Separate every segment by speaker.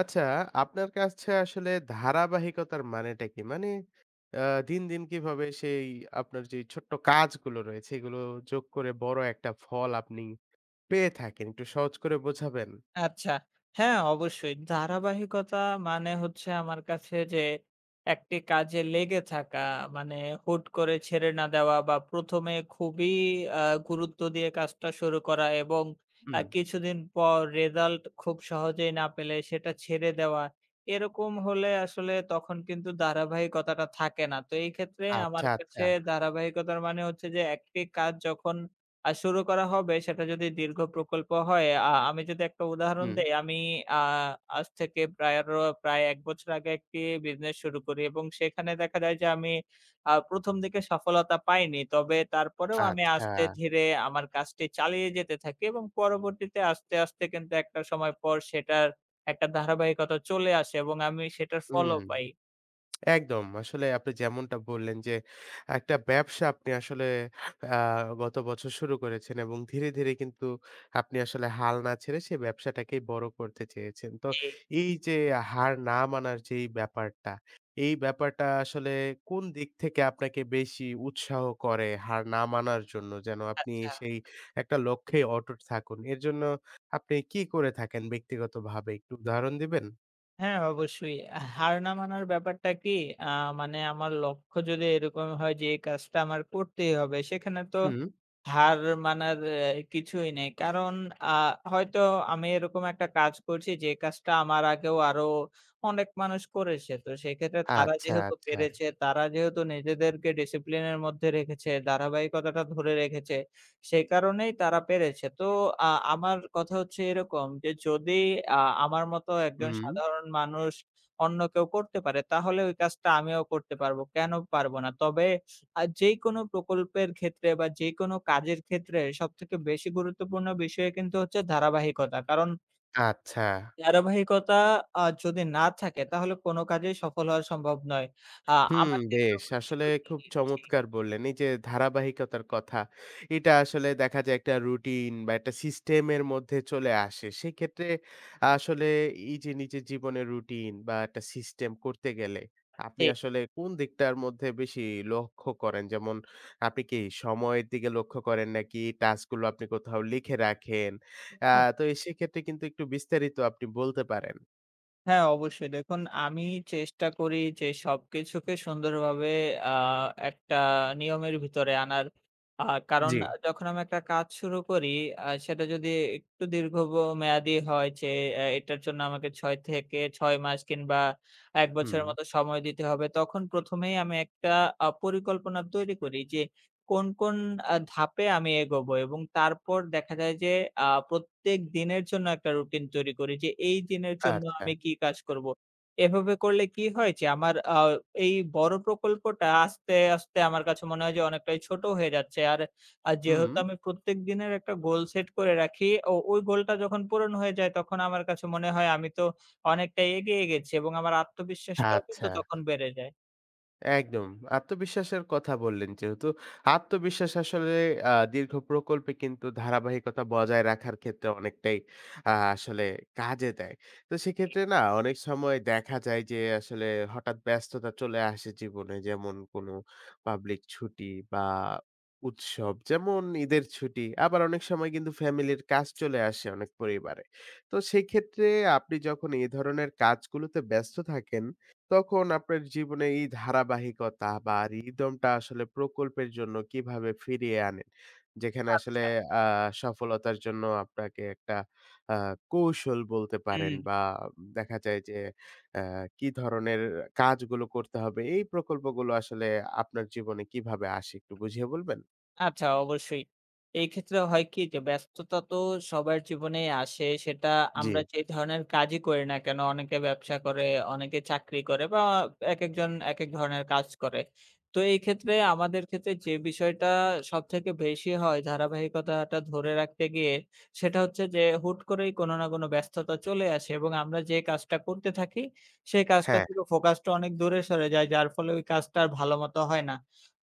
Speaker 1: আচ্ছা, আপনার কাছে আসলে ধারাবাহিকতার মানেটা কি? মানে আ দিন, দিন কিভাবে সেই আপনার যে ছোট্ট কাজগুলো রয়েছে এগুলো যোগ করে বড় একটা ফল আপনি পেয়ে থাকেন? একটু সহজ করে বোঝাবেন?
Speaker 2: আচ্ছা। হ্যাঁ, অবশ্যই। ধারাবাহিকতা মানে হচ্ছে আমার কাছে যে একটি কাজে লেগে থাকা, মানে হুট করে ছেড়ে না দেওয়া বা ১ম এ খুবই আ গুরুত্ব দিয়ে কাজটা শুরু করা এবং
Speaker 1: হুম।
Speaker 2: কিছুদিন পর রেজাল্ট খুব সহজেই না পেলে সেটা ছেড়ে দেওয়া। এরকম হলে আসলে তখন কিন্তু ধারাবাহিকতাটা থাকে না। তো এই ক্ষেত্রে
Speaker 1: আচ্ছা,
Speaker 2: আমার
Speaker 1: আচ্ছা।
Speaker 2: কাছে ধারাবাহিকতার মানে হচ্ছে যে একটি কাজ যখন আর শুরু করা হবে সেটা যদি দীর্ঘ প্রকল্প হয়, আমি যদি একটা উদাহরণ
Speaker 1: হুম,
Speaker 2: দেই, আমি আ আজ থেকে প্রায় ১ বছর আগে একটি বিজনেস শুরু করি এবং সেখানে দেখা যায় যে আমি ১ম দিকে সফলতা পাইনি। তবে তারপরেও আমি
Speaker 1: আচ্ছা।
Speaker 2: আস্তে ধীরে আমার কাজটি চালিয়ে যেতে থাকি এবং পরবর্তীতে আস্তে, আস্তে কিন্তু একটা সময় পর সেটার একটা ধারাবাহিকতা চলে আসে এবং আমি সেটার
Speaker 1: হুম।
Speaker 2: ফলও পাই।
Speaker 1: একদম। আসলে আপনি যেমনটা বললেন যে, একটা ব্যবসা আপনি আসলে আ গত বছর শুরু করেছেন এবং ধীরে, ধীরে কিন্তু আপনি আসলে হাল না ছেড়ে সেই ব্যবসাটাকেই বড় করতে চেয়েছেন। তো
Speaker 2: জি,
Speaker 1: এই যে হার না মানার যেই ব্যাপারটা, এই ব্যাপারটা আসলে কোন দিক থেকে আপনাকে বেশি উৎসাহ করে হার না মানার জন্য? যেন আপনি
Speaker 2: আচ্ছা।
Speaker 1: সেই একটা লক্ষ্যে অটুট থাকুন। এর জন্য আপনি কি করে থাকেন ব্যক্তিগতভাবে একটু উদাহরণ দিবেন?
Speaker 2: হ্যাঁ, অবশ্যই। হার না মানার ব্যাপারটা কি? আ মানে আমার লক্ষ্য যদি এরকম হয় যে এই কাজটা আমার করতেই হবে, সেখানে তো
Speaker 1: হুম।
Speaker 2: হার মানার কিছুই নেই। কারণ আ হয়তো আমি এরকম একটা কাজ করছি যে কাজটা আমার আগেও আরো অনেক মানুষ করেছে। তো সেক্ষেত্রে তারা
Speaker 1: আচ্ছা,
Speaker 2: যেহেতু
Speaker 1: আচ্ছা।
Speaker 2: পেরেছে, তারা যেহেতু নিজেদেরকে ডিসিপ্লিন এর মধ্যে রেখেছে, ধারাবাহিকতাটা ধরে রেখেছে, সেই কারণেই তারা পেরেছে। তো আমার কথা হচ্ছে এরকম যে যদি আ আমার মতো একজন
Speaker 1: হুম।
Speaker 2: সাধারণ মানুষ অন্য কেউ করতে পারে তাহলে ওই কাজটা আমিও করতে পারবো। কেন পারব না? তবে আর যেইকোনো প্রকল্পের ক্ষেত্রে বা যেকোনো কাজের ক্ষেত্রে সবথেকে বেশি গুরুত্বপূর্ণ বিষয় কিন্তু হচ্ছে ধারাবাহিকতা। কারণ
Speaker 1: আচ্ছা।
Speaker 2: ধারাবাহিকতা যদি না থাকে তাহলে কোনো কাজেই সফল হওয়া সম্ভব নয়। আ
Speaker 1: হুম,
Speaker 2: আমার ক্ষেত্রেও
Speaker 1: বেশ। আসলে
Speaker 2: হয়েছিল কি।
Speaker 1: খুব
Speaker 2: জি,
Speaker 1: চমৎকার বললেন। এই যে ধারাবাহিকতার কথা, এটা আসলে দেখা যায় একটা রুটিন বা একটা সিস্টেমের মধ্যে চলে আসে। সেক্ষেত্রে আসলে এই যে নিজের জীবনের রুটিন বা একটা সিস্টেম করতে গেলে আপনি
Speaker 2: জি।
Speaker 1: আসলে কোন দিকটার মধ্যে বেশি লক্ষ্য করেন? যেমন আপনি কি সময়ের দিকে লক্ষ্য করেন নাকি টাস্কগুলো আপনি কোথাও লিখে রাখেন? আ তো এই সেক্ষেত্রে কিন্তু একটু বিস্তারিত আপনি বলতে পারেন।
Speaker 2: হ্যাঁ, অবশ্যই। দেখুন আমি চেষ্টা করি যে সবকিছুকে সুন্দরভাবে আ একটা নিয়মের ভিতরে আনার। আ কারণ
Speaker 1: জি।
Speaker 2: যখন আমি একটা কাজ শুরু করি সেটা যদি একটু দীর্ঘ মেয়াদি হয় যে এটার জন্য আমাকে ৬ থেকে ৬ মাস কিংবা ১
Speaker 1: হুম।
Speaker 2: বছরের মতো সময় দিতে হবে। তখন ১ম এই আমি একটা পরিকল্পনা তৈরি করি যে কোন, কোন ধাপে আমি এগোবো এবং তারপর দেখা যায় যে প্রত্যেক দিনের জন্য একটা রুটিন তৈরি করি যে এই দিনের জন্য
Speaker 1: আচ্ছা।
Speaker 2: আমি কি কাজ করব। এভাবে করলে কি হয় যে আমার এই বড় প্রকল্পটা আস্তে, আস্তে আমার কাছে মনে হয় যে অনেকটাই ছোট হয়ে যাচ্ছে। আর
Speaker 1: হুম।
Speaker 2: যেহেতু আমি প্রত্যেক দিনের একটা গোল সেট করে রাখি, ওই গোলটা যখন পূরণ হয়ে যায় তখন আমার কাছে মনে হয় আমি তো অনেকটাই এগিয়ে গেছি এবং আমার আত্মবিশ্বাসটাও কিন্তু
Speaker 1: আচ্ছা,
Speaker 2: তখন বেড়ে যায়।
Speaker 1: একদম। আত্মবিশ্বাসের কথা বললেন যেহেতু, আত্মবিশ্বাস আসলে দীর্ঘ প্রকল্পে কিন্তু ধারাবাহিকতা বজায় রাখার ক্ষেত্রে অনেকটাই আসলে কাজে দেয়। তো সেক্ষেত্রে না অনেক সময় দেখা যায় যে আসলে হঠাৎ ব্যস্ততা চলে আসে জীবনে। যেমন কোনো পাবলিক ছুটি বা উৎসব যেমন ঈদের ছুটি, আবার অনেক সময় কিন্তু ফ্যামিলির কাজ চলে আসে অনেক পরিবারে। তো সেক্ষেত্রে আপনি যখন এ ধরনের কাজগুলোতে ব্যস্ত থাকেন তখন আপনার জীবনে এই ধারাবাহিকতা বা রিদমটা আসলে প্রকল্পের জন্য কিভাবে ফিরিয়ে আনেন? যেখানে আসলে
Speaker 2: আচ্ছা,
Speaker 1: আ সফলতার জন্য আপনাকে একটা আ কৌশল বলতে পারেন
Speaker 2: হুম।
Speaker 1: বা দেখা যায় যে অ্যা কি ধরনের কাজগুলো করতে হবে? এই প্রকল্পগুলো আসলে আপনার জীবনে কিভাবে আসে একটু বুঝিয়ে বলবেন?
Speaker 2: আচ্ছা, অবশ্যই। এই ক্ষেত্রে হয় কি যে ব্যস্ততা তো সবার জীবনেই আসে। সেটা
Speaker 1: জি।
Speaker 2: আমরা যে ধরনের কাজই করি না কেন, অনেকে ব্যবসা করে, অনেকে চাকরি করে বা একেকজন একেক ধরনের কাজ করে। তো এই ক্ষেত্রে আমাদের ক্ষেত্রে যে বিষয়টা সবথেকে বেশি হয় ধারাবাহিকতাটা ধরে রাখতে গিয়ে সেটা হচ্ছে যে হুট করেই কোনো না কোনো ব্যস্ততা চলে আসে এবং আমরা যে কাজটা করতে থাকি সেই কাজটা
Speaker 1: হ্যাঁ,
Speaker 2: থেকে ফোকাসটা অনেক দূরে সরে যায়। যার ফলে ওই কাজটা আর ভালোমতো হয় না।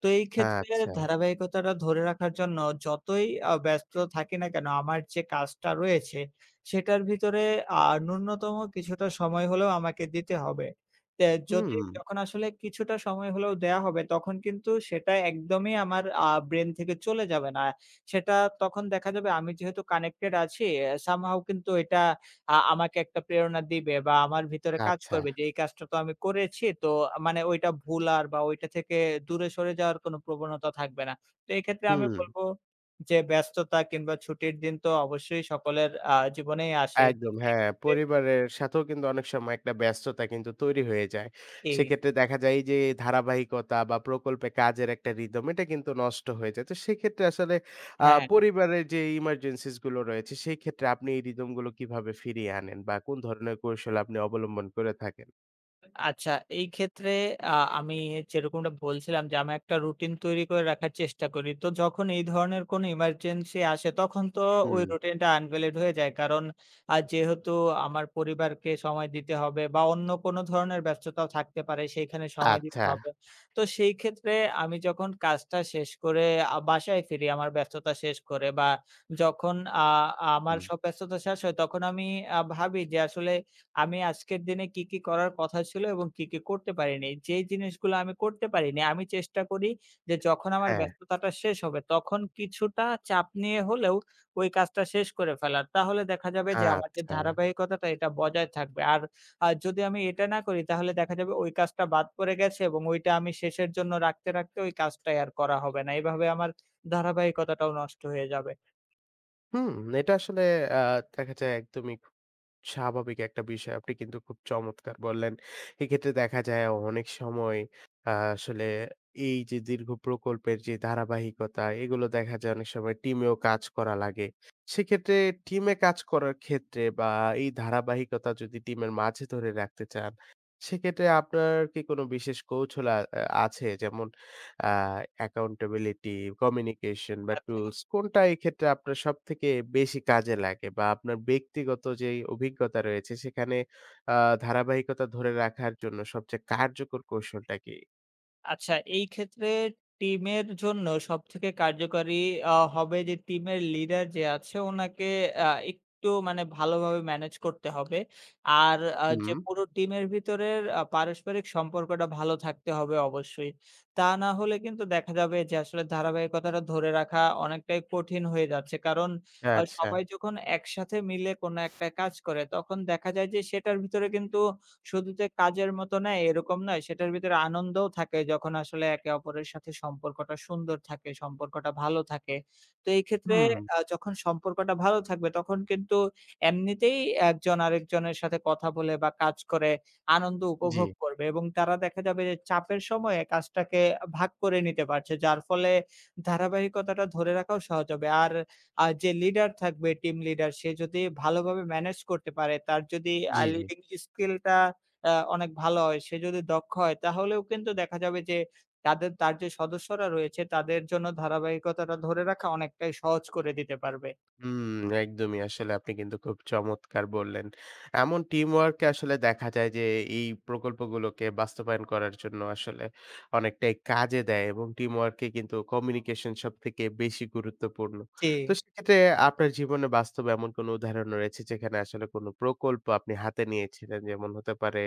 Speaker 2: তো এই ক্ষেত্রে
Speaker 1: আচ্ছা।
Speaker 2: ধারাবাহিকতাটা ধরে রাখার জন্য যতই ব্যস্ত থাকি না কেন, আমার যে কাজটা রয়েছে সেটার ভিতরে আ ন্যূনতম কিছুটা সময় হলেও আমাকে দিতে হবে। তে যদি
Speaker 1: হুম,
Speaker 2: যখন আসলে কিছুটা সময় হলেও দেয়া হবে তখন কিন্তু সেটা একদমই আমার ব্রেইন থেকে চলে যাবে না। সেটা তখন দেখা যাবে আমি যেহেতু কানেক্টেড আছি, somehow কিন্তু এটা আমাকে একটা প্রেরণা দিবে বা আমার ভিতরে কাজ
Speaker 1: আচ্ছা।
Speaker 2: করবে যে এই কাজটা তো আমি করেছি। তো মানে ওইটা ভুলার বা ওইটা থেকে দূরে সরে যাওয়ার কোনো প্রবণতা থাকবে না। তো এক্ষেত্রে আমি
Speaker 1: হুম।
Speaker 2: বলব যে ব্যস্ততা কিংবা ছুটির দিন তো অবশ্যই সকলের জীবনেই আসে।
Speaker 1: একদম হ্যাঁ,
Speaker 2: সেক্ষেত্রে
Speaker 1: পরিবারের সাথেও কিন্তু অনেক সময় একটা ব্যস্ততা কিন্তু তৈরি হয়ে যায়।
Speaker 2: জি,
Speaker 1: সেক্ষেত্রে দেখা যায় এই যে ধারাবাহিকতা বা প্রকল্পে কাজের একটা রিদম এটা কিন্তু নষ্ট হয়ে যায়। তো সেক্ষেত্রে আসলে
Speaker 2: হ্যাঁ।
Speaker 1: পরিবারের যে emergencies গুলো রয়েছে সেই ক্ষেত্রে আপনি এই রিদম গুলো কিভাবে ফিরিয়ে আনেন বা কোন ধরনের কৌশল আপনি অবলম্বন করে থাকেন?
Speaker 2: আচ্ছা, এই ক্ষেত্রে আ আমি যেরকমটা বলছিলাম যে, আমি একটা রুটিন তৈরি করে রাখার চেষ্টা করি। তো যখন এই ধরনের কোনো এমার্জেন্সি আসে তখন তো ওই
Speaker 1: হুম,
Speaker 2: রুটিনটা আনভ্যালিড হয়ে যায়। কারণ যেহেতু আমার পরিবারকে সময় দিতে হবে বা অন্য কোনো ধরনের ব্যস্ততাও থাকতে পারে সেইখানে সময় দিতে
Speaker 1: আচ্ছা।
Speaker 2: হবে। তো সেই ক্ষেত্রে আমি যখন কাজটা শেষ করে বাসায় ফিরি আমার ব্যস্ততা শেষ করে বা যখন আ আমার
Speaker 1: হুম,
Speaker 2: সব ব্যস্ততা শেষ হয় তখন আমি ভাবি যে আসলে আমি আজকের দিনে কি, কি করার কথা ছিল এবং কি, কি করতে পারিনি। যেই জিনিসগুলো আমি করতে পারিনি, আমি চেষ্টা করি যে যখন আমার
Speaker 1: হ্যাঁ,
Speaker 2: ব্যস্ততাটা শেষ হবে, তখন কিছুটা চাপ নিয়ে হলেও ওই কাজটা শেষ করে ফেলার। তাহলে দেখা যাবে যে আমার যে
Speaker 1: আচ্ছা।
Speaker 2: ধারাবাহিকতাটা এটা বজায় থাকবে। আর যদি আমি এটা না করি তাহলে দেখা যাবে ওই কাজটা বাদ পড়ে গেছে এবং ওইটা আমি শেষের জন্য রাখতে, রাখতে ওই কাজটাই আর করা হবে না। এভাবে আমার ধারাবাহিকতাটাও নষ্ট হয়ে যাবে।
Speaker 1: হুম, এটা আসলে আ দেখা যায় একদমই স্বাভাবিক একটা বিষয়। আপনি কিন্তু খুব চমৎকার বললেন। এক্ষেত্রে দেখা যায় অনেক সময় আসলে এই যে দীর্ঘ প্রকল্পের যে ধারাবাহিকতা, এগুলো দেখা যায় অনেক সময় টিমেও কাজ করা লাগে। সেক্ষেত্রে টিমে কাজ করার ক্ষেত্রে বা এই ধারাবাহিকতা যদি টিমের মাঝে ধরে রাখতে চান, সেক্ষেত্রে আপনার কি কোনো বিশেষ কৌশল আছে? যেমন আ accountability, communication বা tools কোনটা এক্ষেত্রে আপনার সবথেকে বেশি কাজে লাগে? বা আপনার ব্যক্তিগত যেই অভিজ্ঞতা রয়েছে সেখানে আ ধারাবাহিকতা ধরে রাখার জন্য সবচেয়ে কার্যকর কৌশলটা কি?
Speaker 2: আচ্ছা, এই ক্ষেত্রে টিমের জন্য সবথেকে কার্যকরী হবে যে টিমের লিডার যে আছে ওনাকে আ একটু মানে ভালোভাবে ম্যানেজ করতে হবে। আর যে
Speaker 1: হুম,
Speaker 2: পুরো টিমের ভিতরের পারস্পরিক সম্পর্কটা ভালো থাকতে হবে অবশ্যই। তা না হলে কিন্তু দেখা যাবে যে আসলে ধারাবাহিকতাটা ধরে রাখা অনেকটাই কঠিন হয়ে যাচ্ছে। কারণ
Speaker 1: আচ্ছা।
Speaker 2: সবাই যখন একসাথে মিলে কোনো একটা কাজ করে তখন দেখা যায় যে সেটার ভিতরে কিন্তু শুধু যে কাজের মতো নয় এরকম নয়, সেটার ভিতরে আনন্দও থাকে যখন আসলে একে অপরের সাথে সম্পর্কটা সুন্দর থাকে, সম্পর্কটা ভালো থাকে। তো এই ক্ষেত্রে
Speaker 1: হুম,
Speaker 2: যখন সম্পর্কটা ভালো থাকবে তখন কিন্তু এমনিতেই একজন আরেকজনের সাথে কথা বলে বা কাজ করে আনন্দ
Speaker 1: জি,
Speaker 2: উপভোগ করবে এবং তারা দেখা যাবে যে চাপের সময়ে কাজটাকে ভাগ করে নিতে পারছে। যার ফলে ধারাবাহিকতাটা ধরে রাখাও সহজ হবে। আর যে লিডার থাকবে টিম লিডার সে যদি ভালোভাবে ম্যানেজ করতে পারে, তার যদি
Speaker 1: জি।
Speaker 2: লিডিং স্কিলটা অনেক ভালো হয়, সে যদি দক্ষ হয় তাহলেও কিন্তু দেখা যাবে যে তার যে সদস্যরা রয়েছে তাদের জন্য ধারাবাহিকতাটা ধরে রাখা অনেকটাই সহজ করে দিতে পারবে।
Speaker 1: হুম, একদমই। আসলে আপনি কিন্তু খুব চমৎকার বললেন। এমন টিমওয়ার্ক আসলে দেখা যায় যে এই প্রকল্পগুলোকে বাস্তবায়ন করার জন্য আসলে অনেকটাই কাজে দেয় এবং টিমওয়ার্কে কিন্তু কমিউনিকেশন সবথেকে বেশি গুরুত্বপূর্ণ।
Speaker 2: জি।
Speaker 1: তো সেক্ষেত্রে আপনার জীবনে বাস্তবে এমন কোনো উদাহরণ রয়েছে যেখানে আসলে কোনো প্রকল্প আপনি হাতে নিয়েছিলেন? যেমন হতে পারে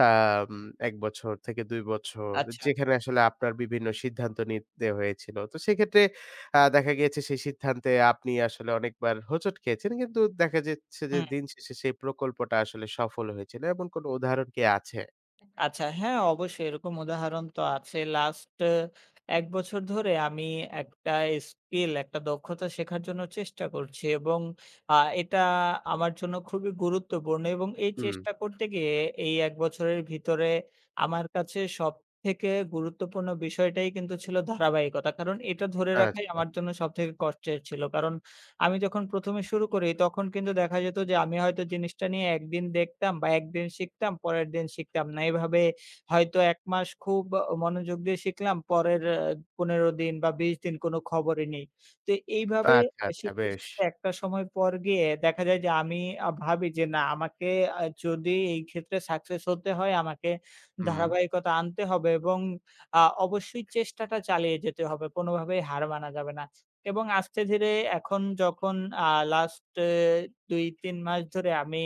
Speaker 1: আম ১ বছর থেকে ২ বছর
Speaker 2: আচ্ছা।
Speaker 1: যেখানে আসলে আপনার বিভিন্ন সিদ্ধান্ত নিতে হয়েছিল। তো সেক্ষেত্রে দেখা গিয়েছে সেই সিদ্ধান্তে আপনি আসলে অনেকবার হোঁচট খেয়েছেন। কিন্তু দেখা যাচ্ছে যে
Speaker 2: হু।
Speaker 1: দিন শেষে সেই প্রকল্পটা আসলে সফল হয়েছিল। এমন কোনো উদাহরণ কি আছে?
Speaker 2: আচ্ছা, হ্যাঁ, অবশ্যই এরকম উদাহরণ তো আছে। লাস্ট এ ১ বছর ধরে আমি একটা স্কিল, একটা দক্ষতা শেখার জন্য চেষ্টা করছি এবং আ এটা আমার জন্য খুবই গুরুত্বপূর্ণ এবং এই
Speaker 1: হুম,
Speaker 2: চেষ্টা করতে গিয়ে এই ১ বছরের ভিতরে আমার কাছে সবথেকে গুরুত্বপূর্ণ বিষয়টাই কিন্তু ছিল ধারাবাহিকতা। কারণ এটা ধরে রাখাই
Speaker 1: আচ্ছা,
Speaker 2: আমার জন্য সবথেকে কষ্টের ছিল। কারণ আমি যখন ১ম এ শুরু করি তখন কিন্তু দেখা যেত যে আমি হয়তো জিনিসটা নিয়ে একদিন দেখতাম বা একদিন শিখতাম, পরের দিন শিখতাম না। এভাবে হয়তো ১ মাস খুব মনোযোগ দিয়ে শিখলাম, পরের ১৫ দিন বা ২০ দিন কোনো খবরই নেই। তো এইভাবে
Speaker 1: আচ্ছা
Speaker 2: শিখতে,
Speaker 1: বেশ।
Speaker 2: শিখতে একটা সময় পর গিয়ে দেখা যায় যে আমি ভাবি যে না আমাকে যদি এই ক্ষেত্রে সাকসেস হতে হয় আমাকে
Speaker 1: হুম,
Speaker 2: ধারাবাহিকতা আনতে হবে এবং অবশ্যই চেষ্টাটা চালিয়ে যেতে হবে। কোনোভাবেই হার মানা যাবে না। এবং আস্তে ধীরে এখন যখন আ লাস্ট এ ২-৩ মাস ধরে আমি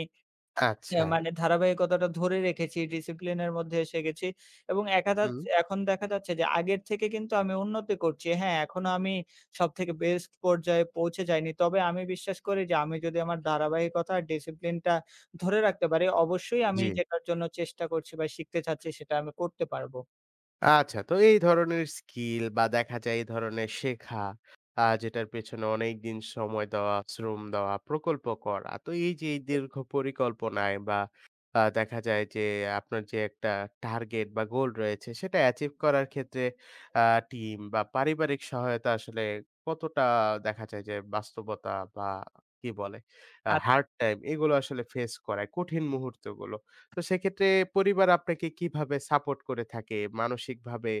Speaker 1: আচ্ছা,
Speaker 2: মানে ধারাবাহিকতাটা ধরে রেখেছি, ডিসিপ্লিন এর মধ্যে এসে গেছি এবং একা যাচ
Speaker 1: হুম,
Speaker 2: এখন দেখা যাচ্ছে যে আগের থেকে কিন্তু আমি উন্নতি করছি। হ্যাঁ, এখনো আমি সবথেকে বেস্ট পর্যায়ে পৌঁছে যাইনি। তবে আমি বিশ্বাস করি যে আমি যদি আমার ধারাবাহিকতা আর ডিসিপ্লিনটা ধরে রাখতে পারি, অবশ্যই আমি
Speaker 1: জি।
Speaker 2: যেটার জন্য চেষ্টা করছি বা শিখতে চাচ্ছি সেটা আমি করতে পারবো।
Speaker 1: আচ্ছা, তো এই ধরনের স্কিল বা দেখা যায় এই ধরনের শেখা যেটার পেছনে অনেকদিন সময় দেওয়া, শ্রম দেওয়া, প্রকল্প করা। তো এই যে এই দীর্ঘ পরিকল্পনায় বা দেখা যায় যে আপনার যে একটা টার্গেট বা গোল রয়েছে সেটা অ্যাচিভ করার ক্ষেত্রে আ টিম বা পারিবারিক সহায়তা আসলে কতটা দেখা যায় যে বাস্তবতা বা কি বলে
Speaker 2: আচ্ছা।
Speaker 1: হার্ড টাইম এগুলো আসলে ফেস করায়, কঠিন মুহূর্তগুলো? তো সেক্ষেত্রে পরিবার আপনাকে কিভাবে সাপোর্ট করে থাকে? মানসিকভাবে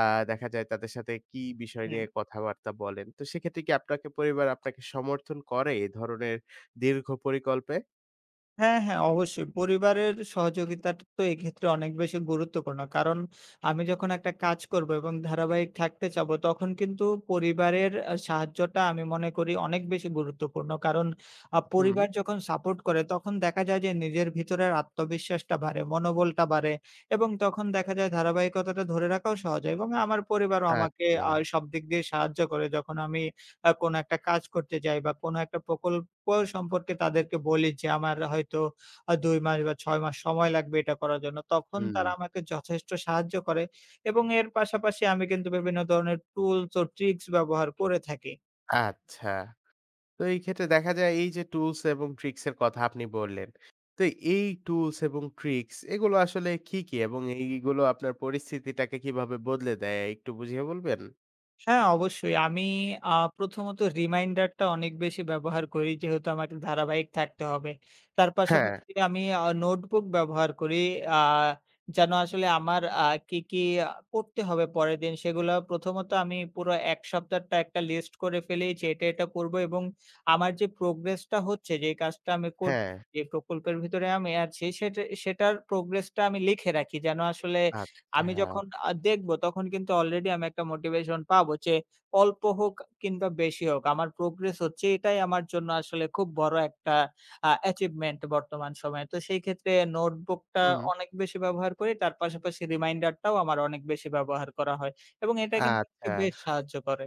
Speaker 1: আ দেখা যায় তাদের সাথে কি বিষয়
Speaker 2: হুম।
Speaker 1: নিয়ে কথাবার্তা বলেন? তো সেক্ষেত্রে কি আপনাকে পরিবার আপনাকে সমর্থন করে এ ধরনের দীর্ঘ পরিকল্পে?
Speaker 2: হ্যাঁ, হ্যাঁ, অবশ্যই। পরিবারের সহযোগিতাটা তো এক্ষেত্রে অনেক বেশি গুরুত্বপূর্ণ। কারণ আমি যখন একটা কাজ করব এবং ধারাবাহিক থাকতে চাবো, তখন কিন্তু পরিবারের সাহায্যটা আমি মনে করি অনেক বেশি গুরুত্বপূর্ণ। কারণ
Speaker 1: হুম,
Speaker 2: পরিবার যখন সাপোর্ট করে, তখন দেখা যায় যে নিজের ভিতরের আত্মবিশ্বাসটা বাড়ে, মনোবলটা বাড়ে এবং তখন দেখা যায় ধারাবাহিকতাটা ধরে রাখাও সহজ হয় এবং আমার পরিবারও আমাকে
Speaker 1: আচ্ছা,
Speaker 2: সব দিক দিয়ে সাহায্য করে যখন আমি কোনো একটা কাজ করতে যাই বা কোনো একটা প্রকল্প সম্পর্কে তাদেরকে বলি যে, আমার হয়তো ২ মাস বা ৬ মাস সময় লাগবে এটা করার জন্য। তখন
Speaker 1: হুম,
Speaker 2: তারা আমাকে যথেষ্ট সাহায্য করে এবং এর পাশাপাশি আমি কিন্তু বিভিন্ন ধরনের টুলস ও ট্রিকস ব্যবহার করে থাকি।
Speaker 1: আচ্ছা। তো এই ক্ষেত্রে দেখা যায় এই যে টুলস এবং ট্রিকস এর কথা আপনি বললেন। তো এই টুলস এবং ট্রিকস এগুলো আসলে কি, কি? এবং এইগুলো আপনার পরিস্থিতিটাকে কিভাবে বদলে দেয় একটু বুঝিয়ে বলবেন?
Speaker 2: হ্যাঁ, অবশ্যই। আমি আ প্রথমত রিমাইন্ডারটা অনেক বেশি ব্যবহার করি যেহেতু আমাকে ধারাবাহিক থাকতে হবে। তার
Speaker 1: হ্যাঁ,
Speaker 2: পাশাপাশি আমি নোটবুক ব্যবহার করি। আ যেন আসলে আমার কি, কি পড়তে হবে পরের দিন সেগুলো প্রথমত আমি পুরো ১ সপ্তাহটা একটা লিস্ট করে ফেলি যে এটা, এটা পড়বো এবং আমার যে প্রোগ্রেসটা হচ্ছে যে কাজটা আমি করছি,
Speaker 1: হ্যাঁ,
Speaker 2: যে প্রকল্পের ভিতরে আমি আছি সেটা সেটার প্রোগ্রেসটা আমি লিখে রাখি যেন আসলে
Speaker 1: আচ্ছা,
Speaker 2: আমি যখন দেখব তখন কিন্তু অলরেডি আমি একটা মোটিভেশন পাবো যে অল্প হোক কিংবা বেশি হোক আমার প্রোগ্রেস হচ্ছে এটাই আমার জন্য আসলে খুব বড় একটা অ্যাচিভমেন্ট বর্তমান সময়ে। তো সেই ক্ষেত্রে নোটবুকটা
Speaker 1: হুম।
Speaker 2: অনেক বেশি ব্যবহার করি। তার পাশাপাশি রিমাইন্ডারটাও আমার অনেক বেশি ব্যবহার করা হয় এবং এটা কিন্তু আমাকে
Speaker 1: আচ্ছা।
Speaker 2: বেশ সাহায্য করে।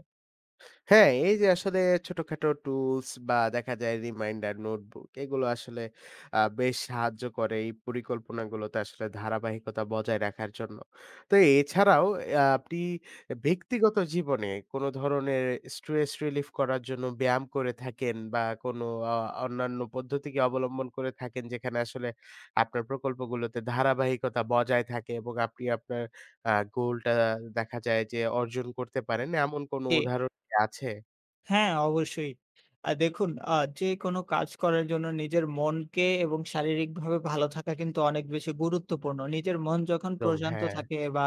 Speaker 1: হ্যাঁ, এই যে আসলে ছোটখাটো টুলস বা দেখা যায় রিমাইন্ডার, নোটবুক এগুলো আসলে বেশ সাহায্য করে এই পরিকল্পনাগুলোতে আসলে ধারাবাহিকতা বজায় রাখার জন্য। তো এছাড়াও আপনি ব্যক্তিগত জীবনে কোনো ধরনের স্ট্রেস রিলিফ করার জন্য ব্যায়াম করে থাকেন বা কোনো অ অন্যান্য পদ্ধতি কি অবলম্বন করে থাকেন যেখানে আসলে আপনার প্রকল্পগুলোতে ধারাবাহিকতা বজায় থাকে এবং আপনি আপনার গোলটা দেখা যায় যে অর্জন করতে পারেন এমন কোনো
Speaker 2: জি।
Speaker 1: উদাহরণ আছে?
Speaker 2: হ্যাঁ, অবশ্যই। দেখুন যেকোনো কাজ করার জন্য নিজের মনকে এবং শারীরিকভাবে ভালো থাকা কিন্তু অনেক বেশি গুরুত্বপূর্ণ। নিজের মন যখন
Speaker 1: একদম
Speaker 2: প্রশান্ত
Speaker 1: হ্যাঁ।
Speaker 2: থাকে বা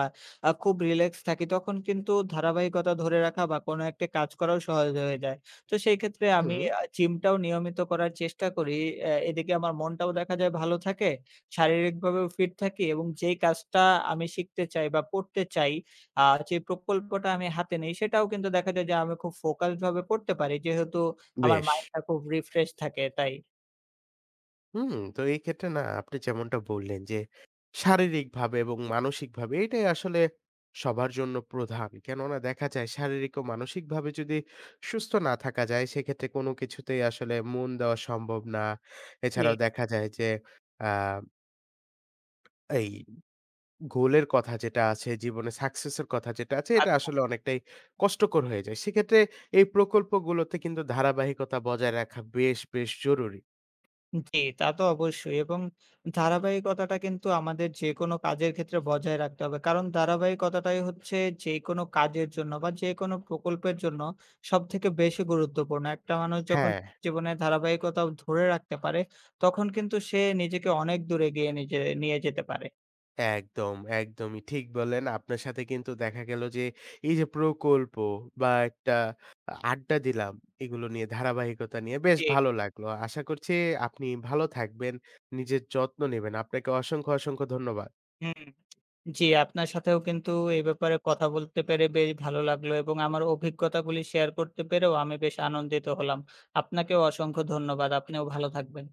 Speaker 2: খুব রিল্যাক্স থাকি তখন কিন্তু ধারাবাহিকতা ধরে রাখা বা কোনো একটা কাজ করাও সহজ হয়ে যায়। তো সেই ক্ষেত্রে আমি
Speaker 1: হুম,
Speaker 2: জিমটাও নিয়মিত করার চেষ্টা করি। এদিকে আমার মনটাও দেখা যায় ভালো থাকে, শারীরিকভাবেও ফিট থাকি এবং যেই কাজটা আমি শিখতে চাই বা করতে চাই আ যে প্রকল্পটা আমি হাতে নেই সেটাও কিন্তু দেখা যায় যে আমি খুব ফোকাসড ভাবে পড়তে পারি। যেহেতু আমার
Speaker 1: বেশ।
Speaker 2: মাইন্ডটা খুব রিফ্রেশ থাকে তাই।
Speaker 1: হুম, তো এই ক্ষেত্রে না আপনি যেমনটা বললেন যে শারীরিকভাবে এবং মানসিকভাবে এটাই আসলে সবার জন্য প্রধান। কেননা দেখা যায় শারীরিক ও মানসিকভাবে যদি সুস্থ না থাকা যায় সেক্ষেত্রে কোনো কিছুতেই আসলে মন দেওয়া সম্ভব না।
Speaker 2: জি,
Speaker 1: এছাড়াও দেখা যায় যে আ এই গোলের কথা যেটা আছে, জীবনে সাকসেস এর কথা যেটা আছে এটা
Speaker 2: আচ্ছা।
Speaker 1: আসলে অনেকটাই কষ্টকর হয়ে যায়। সেক্ষেত্রে এই প্রকল্পগুলোতে কিন্তু ধারাবাহিকতা বজায় রাখা বেশ, বেশ জরুরি।
Speaker 2: জি, তা তো অবশ্যই এবং ধারাবাহিকতাটা কিন্তু আমাদের যেকোনো কাজের ক্ষেত্রে বজায় রাখতে হবে। কারণ ধারাবাহিকতাটাই হচ্ছে যেকোনো কাজের জন্য বা যেকোনো প্রকল্পের জন্য সবথেকে বেশি গুরুত্বপূর্ণ। একটা মানুষ যখন
Speaker 1: হ্যাঁ,
Speaker 2: জীবনে ধারাবাহিকতা ধরে রাখতে পারে, তখন কিন্তু সে নিজেকে অনেক দূর এগিয়ে নিজে নিয়ে যেতে পারে।
Speaker 1: একদমই ঠিক বললেন। আপনার সাথে কিন্তু দেখা গেল যে এই যে প্রকল্প বা একটা আড্ডা দিলাম এগুলো নিয়ে ধারাবাহিকতা নিয়ে বেশ
Speaker 2: জি,
Speaker 1: ভালো লাগলো। আশা করছি আপনি ভালো থাকবেন, নিজের যত্ন নিবেন। আপনাকে অসংখ্য ধন্যবাদ।
Speaker 2: হুম। জি, আপনার সাথেও কিন্তু এই ব্যাপারে কথা বলতে পেরে বেশ ভালো লাগলো এবং আমার অভিজ্ঞতাগুলি শেয়ার করতে পেরেও আমি বেশ আনন্দিত হলাম। আপনাকেও অসংখ্য ধন্যবাদ। আপনিও ভালো থাকবেন।